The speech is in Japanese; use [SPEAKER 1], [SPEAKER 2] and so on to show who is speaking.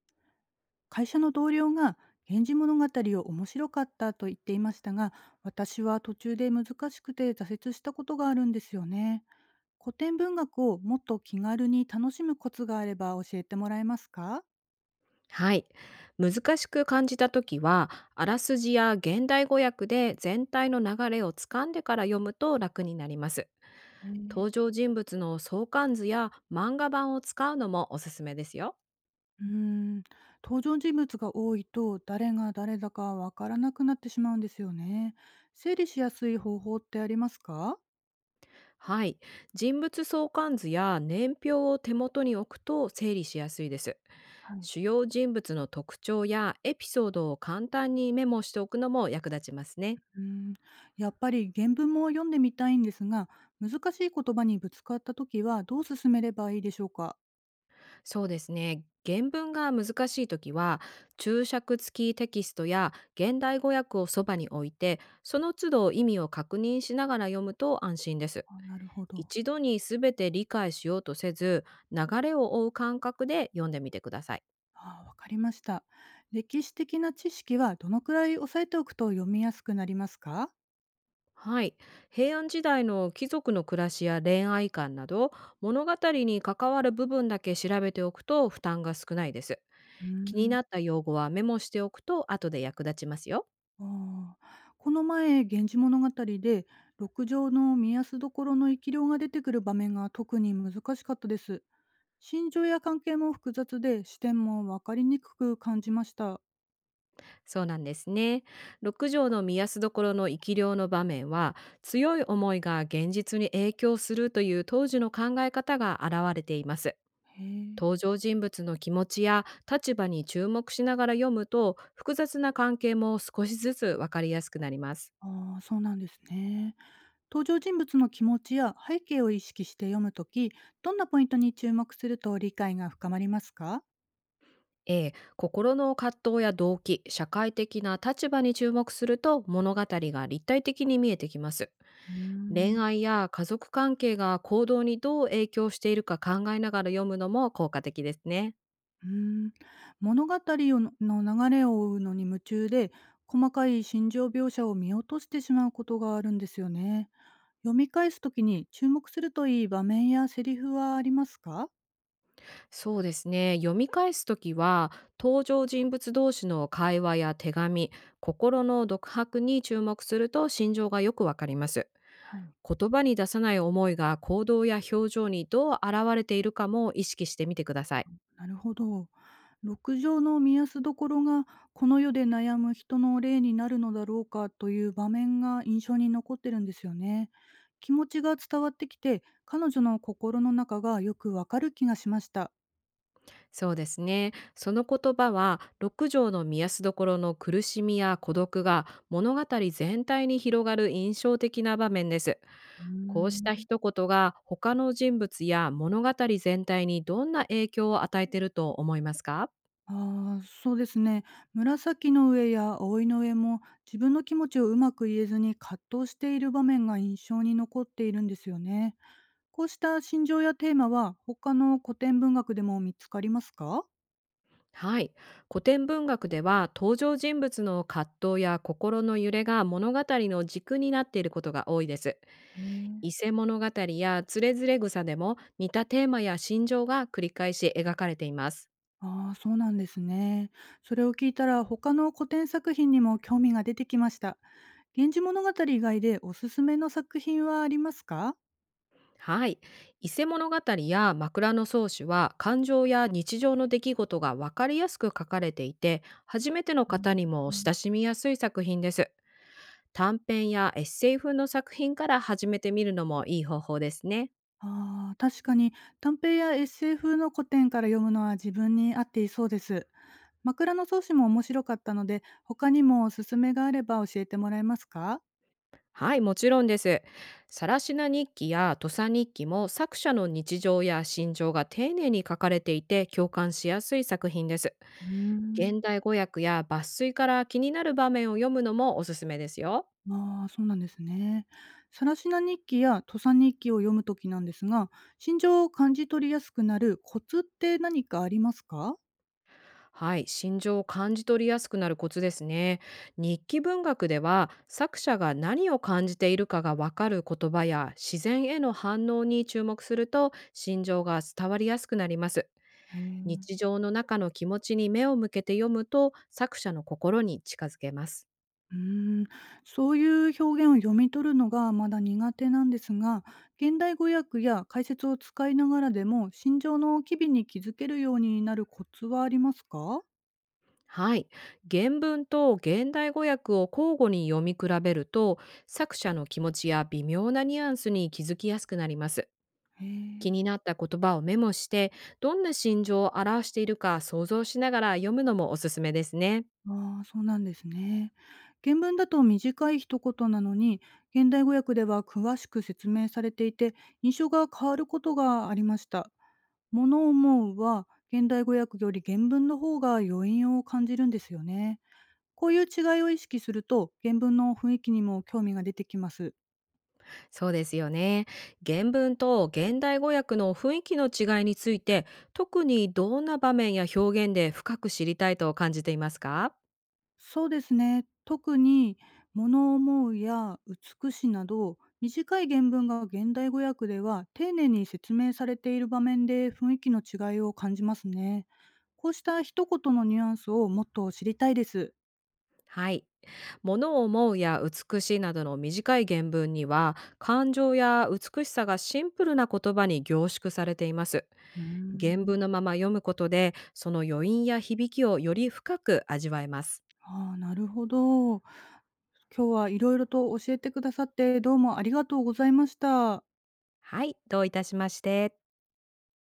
[SPEAKER 1] 会社の同僚が「源氏物語」を面白かったと言っていましたが、私は途中で難しくて挫折したことがあるんですよね。古典文学をもっと気軽に楽しむコツがあれば教えてもらえますか？
[SPEAKER 2] はい。難しく感じたときは、あらすじや現代語訳で全体の流れをつかんでから読むと楽になります。
[SPEAKER 1] え
[SPEAKER 2] 登
[SPEAKER 1] ー
[SPEAKER 2] 場人物の相関図や漫画版を使うのもおすすめですよ。
[SPEAKER 1] うーん、登場人物が多いと誰が誰だかわからなくなってしまうんですよね。整理しやすい方法ってありますか？
[SPEAKER 2] はい。人物相関図や年表を手元に置くと整理しやすいです。
[SPEAKER 1] はい。
[SPEAKER 2] 主要人物の特徴やエピソードを簡単にメモしておくのも役立ちますね。
[SPEAKER 1] うーん、やっぱり原文も読んでみたいんですが、難しい言葉にぶつかった時はどう進めればいいでしょうか。
[SPEAKER 2] そうですね。原文が難しいときは、注釈付きテキストや現代語訳をそばに置いて、その都度意味を確認しながら読むと安心です。
[SPEAKER 1] あ、なるほど。
[SPEAKER 2] 一度に全て理解しようとせず、流れを追う感覚で読んでみてください。
[SPEAKER 1] ああ、わかりました。歴史的な知識はどのくらい押さえておくと読みやすくなりますか？
[SPEAKER 2] はい。平安時代の貴族の暮らしや恋愛観など、物語に関わる部分だけ調べておくと負担が少ないです。
[SPEAKER 1] う
[SPEAKER 2] 気に
[SPEAKER 1] ーん。
[SPEAKER 2] なった用語はメモしておくと後で役立ちますよ。
[SPEAKER 1] ああ、この前、源氏物語で六条の見安所の生き量が出てくる場面が特に難しかったです。心情や関係も複雑で視点もわかりにくく感じました。
[SPEAKER 2] そうなんですね。六条の見やすどころの生き量の場面は、強い思いが現実に影響するという当時の考え方が現れています。
[SPEAKER 1] へえ。
[SPEAKER 2] 登場人物の気持ちや立場に注目しながら読むと、複雑な関係も少しずつわかりやすくなります。
[SPEAKER 1] ああ、そうなんですね。登場人物の気持ちや背景を意識して読むとき、どんなポイントに注目すると理解が深まりますか？
[SPEAKER 2] 心の葛藤や動機、社会的な立場に注目すると物語が立体的に見えてきます。
[SPEAKER 1] うー
[SPEAKER 2] 恋
[SPEAKER 1] ん。
[SPEAKER 2] 愛や家族関係が行動にどう影響しているか考えながら読むのも効果的ですね。
[SPEAKER 1] うーん、物語のの流れを追うのに夢中で、細かい心情描写を見落としてしまうことがあるんですよね。読み返すときに注目するといい場面やセリフはありますか？
[SPEAKER 2] そうですね。読み返すときは、登場人物同士の会話や手紙、心の独白に注目すると心情がよくわかります。
[SPEAKER 1] はい。
[SPEAKER 2] 言葉に出さない思いが行動や表情にどう現れているかも意識してみてください。
[SPEAKER 1] なるほど。六条の見やすどころがこの世で悩む人の例になるのだろうかという場面が印象に残ってるんですよね。気持ちが伝わってきて彼女の心の中がよくわかる気がしました。
[SPEAKER 2] そうですね。その言葉は、六条の宮すどころの苦しみや孤独が物語全体に広がる印象的な場面です。
[SPEAKER 1] う
[SPEAKER 2] こうし
[SPEAKER 1] ー
[SPEAKER 2] た
[SPEAKER 1] ん。
[SPEAKER 2] 一言が他の人物や物語全体にどんな影響を与えていると思いますか？
[SPEAKER 1] ああ、そうですね。紫の上や葵の上も自分の気持ちをうまく言えずに葛藤している場面が印象に残っているんですよね。こうした心情やテーマは他の古典文学でも見つかりますか？
[SPEAKER 2] はい。古典文学では登場人物の葛藤や心の揺れが物語の軸になっていることが多いです。
[SPEAKER 1] へえ。
[SPEAKER 2] 伊勢物語やつれづれ草でも似たテーマや心情が繰り返し描かれています。
[SPEAKER 1] ああ、そうなんですね。それを聞いたら他の古典作品にも興味が出てきました。源氏物語以外でおすすめの作品はありますか？
[SPEAKER 2] はい。伊勢物語や枕草子は感情や日常の出来事がわかりやすく書かれていて、初めての
[SPEAKER 1] う
[SPEAKER 2] 方
[SPEAKER 1] ん。
[SPEAKER 2] にも
[SPEAKER 1] うん。
[SPEAKER 2] 親しみやすい作品です。短編やエッセイ風の作品から始めてみるのもいい方法ですね。
[SPEAKER 1] ああ、確かに短編や SF の古典から読むのは自分に合っていそうです。枕草子も面白かったので、他にもおすすめがあれば教えてもらえますか？
[SPEAKER 2] はい、もちろんです。さらしな日記や土佐日記も作者の日常や心情が丁寧に書かれていて共感しやすい作品です。
[SPEAKER 1] うー
[SPEAKER 2] 現
[SPEAKER 1] ん。
[SPEAKER 2] 代語訳や抜粋から気になる場面を読むのもおすすめですよ。
[SPEAKER 1] ああ、そうなんですね。さらしな日記や土佐日記を読むときなんですが、心情を感じ取りやすくなるコツって何かありますか？
[SPEAKER 2] はい、心情を感じ取りやすくなるコツですね。日記文学では作者が何を感じているかがわかる言葉や自然への反応に注目すると心情が伝わりやすくなります。
[SPEAKER 1] へえ。
[SPEAKER 2] 日常の中の気持ちに目を向けて読むと作者の心に近づけます。
[SPEAKER 1] うーん、そういう表現を読み取るのがまだ苦手なんですが、現代語訳や解説を使いながらでも、心情の機微に気づけるようになるコツはありますか？
[SPEAKER 2] はい、原文と現代語訳を交互に読み比べると作者の気持ちや微妙なニュアンスに気づきやすくなります。
[SPEAKER 1] へ
[SPEAKER 2] 気
[SPEAKER 1] え。
[SPEAKER 2] になった言葉をメモしてどんな心情を表しているか想像しながら読むのもおすすめですね。
[SPEAKER 1] ああ、そうなんですね。原文だと短い一言なのに、現代語訳では詳しく説明されていて、印象が変わることがありました。ものを思うは、現代語訳より原文の方が余韻を感じるんですよね。こういう違いを意識すると、原文の雰囲気にも興味が出てきます。
[SPEAKER 2] そうですよね。原文と現代語訳の雰囲気の違いについて特にどんな場面や表現で深く知りたいと感じていますか？
[SPEAKER 1] そうですね。特に「物思う」や「美し」など短い原文が現代語訳では丁寧に説明されている場面で雰囲気の違いを感じますね。こうした一言のニュアンスをもっと知りたいです。
[SPEAKER 2] はい。物を思うや美しいなどの短い原文には、感情や美しさがシンプルな言葉に凝縮されています。
[SPEAKER 1] うー
[SPEAKER 2] 原
[SPEAKER 1] ん。
[SPEAKER 2] 文のまま読むことで、その余韻や響きをより深く味わえます。
[SPEAKER 1] ああ、なるほど。今日はいろいろと教えてくださってどうもありがとうございました。
[SPEAKER 2] はい、どういたしまして。